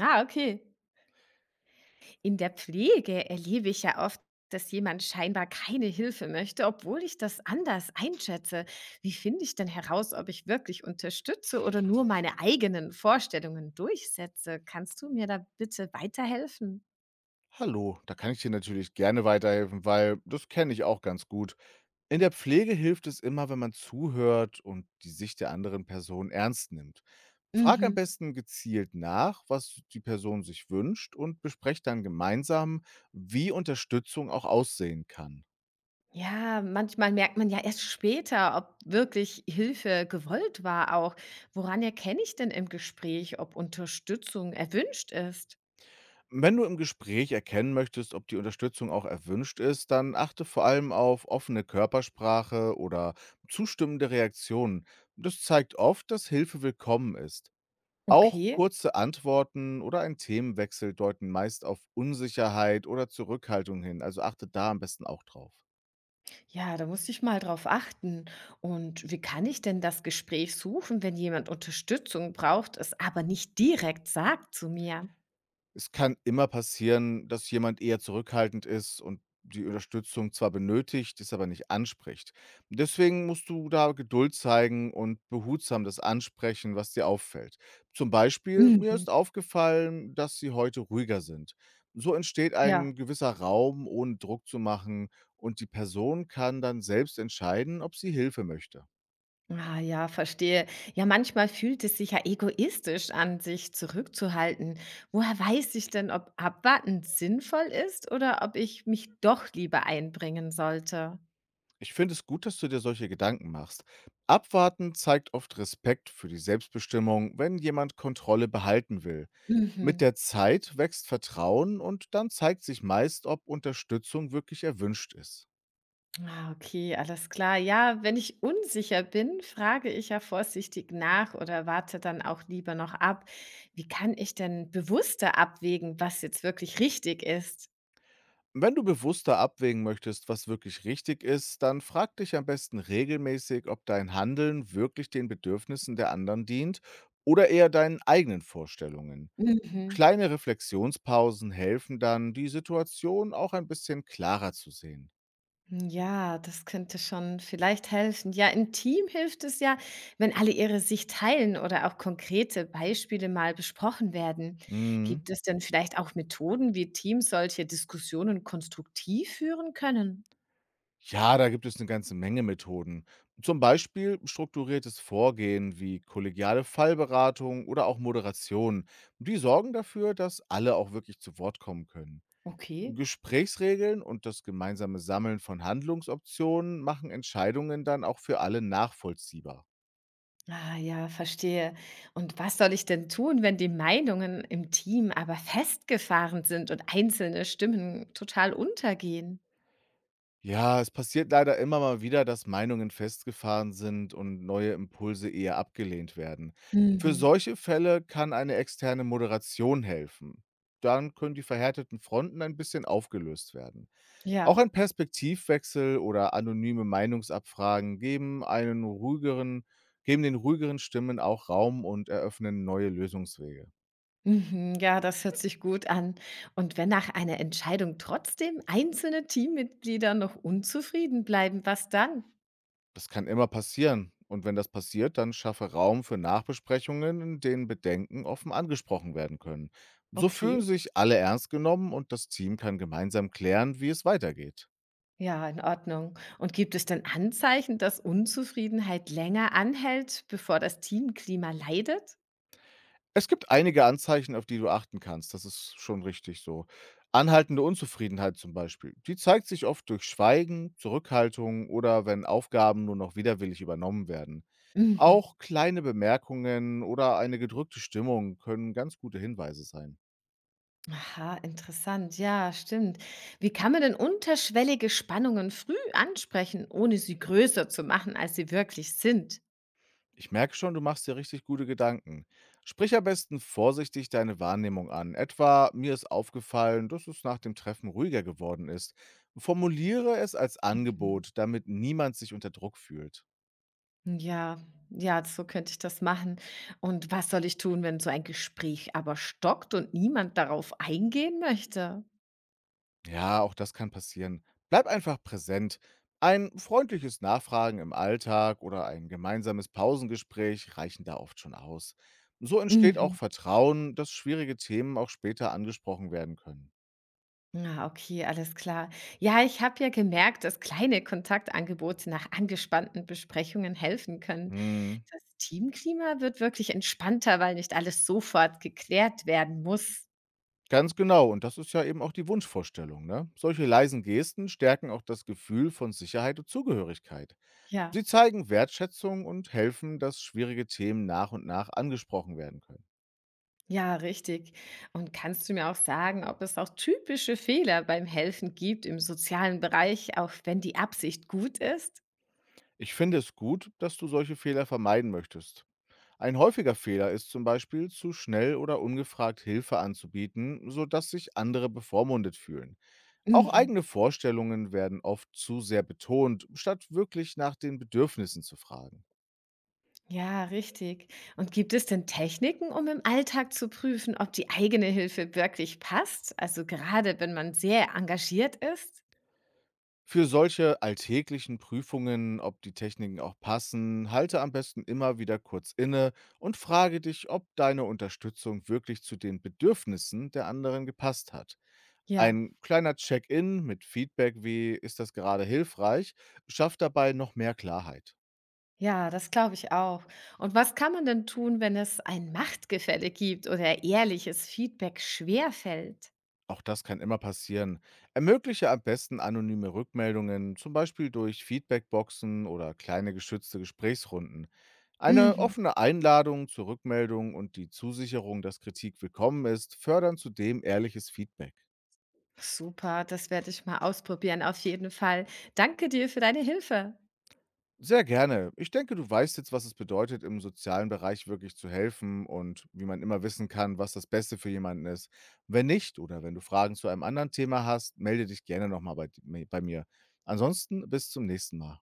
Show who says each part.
Speaker 1: Ah, okay. In der Pflege erlebe ich ja oft, dass jemand scheinbar keine Hilfe möchte, obwohl ich das anders einschätze. Wie finde ich denn heraus, ob ich wirklich unterstütze oder nur meine eigenen Vorstellungen durchsetze? Kannst du mir da bitte weiterhelfen?
Speaker 2: Hallo, da kann ich dir natürlich gerne weiterhelfen, weil das kenne ich auch ganz gut. In der Pflege hilft es immer, wenn man zuhört und die Sicht der anderen Person ernst nimmt. Frag am
Speaker 1: Mhm.
Speaker 2: besten gezielt nach, was die Person sich wünscht und besprecht dann gemeinsam, wie Unterstützung auch aussehen kann.
Speaker 1: Ja, manchmal merkt man ja erst später, ob wirklich Hilfe gewollt war auch. Woran erkenne ich denn im Gespräch, ob Unterstützung erwünscht ist?
Speaker 2: Wenn du im Gespräch erkennen möchtest, ob die Unterstützung auch erwünscht ist, dann achte vor allem auf offene Körpersprache oder zustimmende Reaktionen. Das zeigt oft, dass Hilfe willkommen ist. Auch
Speaker 1: Okay.
Speaker 2: kurze Antworten oder ein Themenwechsel deuten meist auf Unsicherheit oder Zurückhaltung hin. Also achtet da am besten auch drauf.
Speaker 1: Ja, da muss ich mal drauf achten. Und wie kann ich denn das Gespräch suchen, wenn jemand Unterstützung braucht, es aber nicht direkt sagt zu mir?
Speaker 2: Es kann immer passieren, dass jemand eher zurückhaltend ist und die Unterstützung zwar benötigt, es aber nicht anspricht. Deswegen musst du da Geduld zeigen und behutsam das ansprechen, was dir auffällt. Zum Beispiel, mir
Speaker 1: Mhm.
Speaker 2: ist aufgefallen, dass sie heute ruhiger sind. So entsteht
Speaker 1: Ja.
Speaker 2: ein gewisser Raum, ohne Druck zu machen, und die Person kann dann selbst entscheiden, ob sie Hilfe möchte.
Speaker 1: Ah ja, verstehe. Ja, manchmal fühlt es sich ja egoistisch an, sich zurückzuhalten. Woher weiß ich denn, ob abwarten sinnvoll ist oder ob ich mich doch lieber einbringen sollte?
Speaker 2: Ich finde es gut, dass du dir solche Gedanken machst. Abwarten zeigt oft Respekt für die Selbstbestimmung, wenn jemand Kontrolle behalten will. Mit
Speaker 1: Mhm.
Speaker 2: der Zeit wächst Vertrauen und dann zeigt sich meist, ob Unterstützung wirklich erwünscht ist.
Speaker 1: Ah, okay, alles klar. Ja, wenn ich unsicher bin, frage ich ja vorsichtig nach oder warte dann auch lieber noch ab. Wie kann ich denn bewusster abwägen, was jetzt wirklich richtig ist?
Speaker 2: Wenn du bewusster abwägen möchtest, was wirklich richtig ist, dann frag dich am besten regelmäßig, ob dein Handeln wirklich den Bedürfnissen der anderen dient oder eher deinen eigenen Vorstellungen.
Speaker 1: Mhm.
Speaker 2: Kleine Reflexionspausen helfen dann, die Situation auch ein bisschen klarer zu sehen.
Speaker 1: Ja, das könnte schon vielleicht helfen. Ja, im Team hilft es ja, wenn alle ihre Sicht teilen oder auch konkrete Beispiele mal besprochen werden.
Speaker 2: Mhm.
Speaker 1: Gibt es denn vielleicht auch Methoden, wie Teams solche Diskussionen konstruktiv führen können?
Speaker 2: Ja, da gibt es eine ganze Menge Methoden. Zum Beispiel strukturiertes Vorgehen wie kollegiale Fallberatung oder auch Moderation. Die sorgen dafür, dass alle auch wirklich zu Wort kommen können.
Speaker 1: Okay.
Speaker 2: Gesprächsregeln und das gemeinsame Sammeln von Handlungsoptionen machen Entscheidungen dann auch für alle nachvollziehbar.
Speaker 1: Ah ja, verstehe. Und was soll ich denn tun, wenn die Meinungen im Team aber festgefahren sind und einzelne Stimmen total untergehen?
Speaker 2: Ja, es passiert leider immer mal wieder, dass Meinungen festgefahren sind und neue Impulse eher abgelehnt werden. Für
Speaker 1: Mhm.
Speaker 2: solche Fälle kann eine externe Moderation helfen. Dann können die verhärteten Fronten ein bisschen aufgelöst werden. Auch
Speaker 1: Ja.
Speaker 2: ein Perspektivwechsel oder anonyme Meinungsabfragen geben einen ruhigeren, geben den ruhigeren Stimmen auch Raum und eröffnen neue Lösungswege.
Speaker 1: Mhm, ja, das hört sich gut an. Und wenn nach einer Entscheidung trotzdem einzelne Teammitglieder noch unzufrieden bleiben, was dann?
Speaker 2: Das kann immer passieren. Und wenn das passiert, dann schaffe Raum für Nachbesprechungen, in denen Bedenken offen angesprochen werden können. So fühlen
Speaker 1: Okay,
Speaker 2: sich alle ernst genommen und das Team kann gemeinsam klären, wie es weitergeht.
Speaker 1: ja, in Ordnung. Und gibt es denn Anzeichen, dass Unzufriedenheit länger anhält, bevor das Teamklima leidet?
Speaker 2: Es gibt einige Anzeichen, auf die du achten kannst. Das ist schon richtig so. Anhaltende Unzufriedenheit zum Beispiel. Die zeigt sich oft durch Schweigen, Zurückhaltung oder wenn Aufgaben nur noch widerwillig übernommen werden.
Speaker 1: Mhm.
Speaker 2: Auch kleine Bemerkungen oder eine gedrückte Stimmung können ganz gute Hinweise sein.
Speaker 1: Aha, interessant. Ja, stimmt. Wie kann man denn unterschwellige Spannungen früh ansprechen, ohne sie größer zu machen, als sie wirklich sind?
Speaker 2: Ich merke schon, du machst dir richtig gute Gedanken. Sprich am besten vorsichtig deine Wahrnehmung an. Etwa, mir ist aufgefallen, dass es nach dem Treffen ruhiger geworden ist. Formuliere es als
Speaker 1: Mhm.
Speaker 2: Angebot, damit niemand sich unter Druck fühlt.
Speaker 1: Ja, ja, so könnte ich das machen. Und was soll ich tun, wenn so ein Gespräch aber stockt und niemand darauf eingehen möchte?
Speaker 2: Ja, auch das kann passieren. Bleib einfach präsent. Ein freundliches Nachfragen im Alltag oder ein gemeinsames Pausengespräch reichen da oft schon aus. So entsteht auch
Speaker 1: Mhm.
Speaker 2: Vertrauen, dass schwierige Themen auch später angesprochen werden können.
Speaker 1: Ah, okay, alles klar. Ja, ich habe ja gemerkt, dass kleine Kontaktangebote nach angespannten Besprechungen helfen können.
Speaker 2: Hm.
Speaker 1: Das Teamklima wird wirklich entspannter, weil nicht alles sofort geklärt werden muss.
Speaker 2: Ganz genau, und das ist ja eben auch die Wunschvorstellung. Ne? Solche leisen Gesten stärken auch das Gefühl von Sicherheit und Zugehörigkeit.
Speaker 1: Ja,
Speaker 2: Sie zeigen Wertschätzung und helfen, dass schwierige Themen nach und nach angesprochen werden können.
Speaker 1: ja, richtig. Und kannst du mir auch sagen, ob es auch typische Fehler beim Helfen gibt im sozialen Bereich, auch wenn die Absicht gut ist?
Speaker 2: Ich finde es gut, dass du solche Fehler vermeiden möchtest. Ein häufiger Fehler ist zum Beispiel, zu schnell oder ungefragt Hilfe anzubieten, sodass sich andere bevormundet fühlen. Auch
Speaker 1: Mhm.
Speaker 2: eigene Vorstellungen werden oft zu sehr betont, statt wirklich nach den Bedürfnissen zu fragen.
Speaker 1: Ja, richtig. Und gibt es denn Techniken, um im Alltag zu prüfen, ob die eigene Hilfe wirklich passt? Also gerade wenn man sehr engagiert ist?
Speaker 2: Für solche alltäglichen Prüfungen, ob die Techniken auch passen, halte am besten immer wieder kurz inne und frage dich, ob deine Unterstützung wirklich zu den Bedürfnissen der anderen gepasst hat.
Speaker 1: Ja,
Speaker 2: Ein kleiner Check-in mit Feedback, wie ist das gerade hilfreich, schafft dabei noch mehr Klarheit.
Speaker 1: ja, das glaube ich auch. Und was kann man denn tun, wenn es ein Machtgefälle gibt oder ehrliches Feedback schwerfällt?
Speaker 2: Auch das kann immer passieren. Ermögliche am besten anonyme Rückmeldungen, zum Beispiel durch Feedbackboxen oder kleine geschützte Gesprächsrunden. Eine
Speaker 1: Mhm.
Speaker 2: offene Einladung zur Rückmeldung und die Zusicherung, dass Kritik willkommen ist, fördern zudem ehrliches Feedback.
Speaker 1: Super, das werde ich mal ausprobieren, auf jeden Fall. Danke dir für deine Hilfe.
Speaker 2: Sehr gerne. Ich denke, du weißt jetzt, was es bedeutet, im sozialen Bereich wirklich zu helfen und wie man immer wissen kann, was das Beste für jemanden ist. Wenn nicht oder wenn du Fragen zu einem anderen Thema hast, melde dich gerne nochmal bei mir. Ansonsten bis zum nächsten Mal.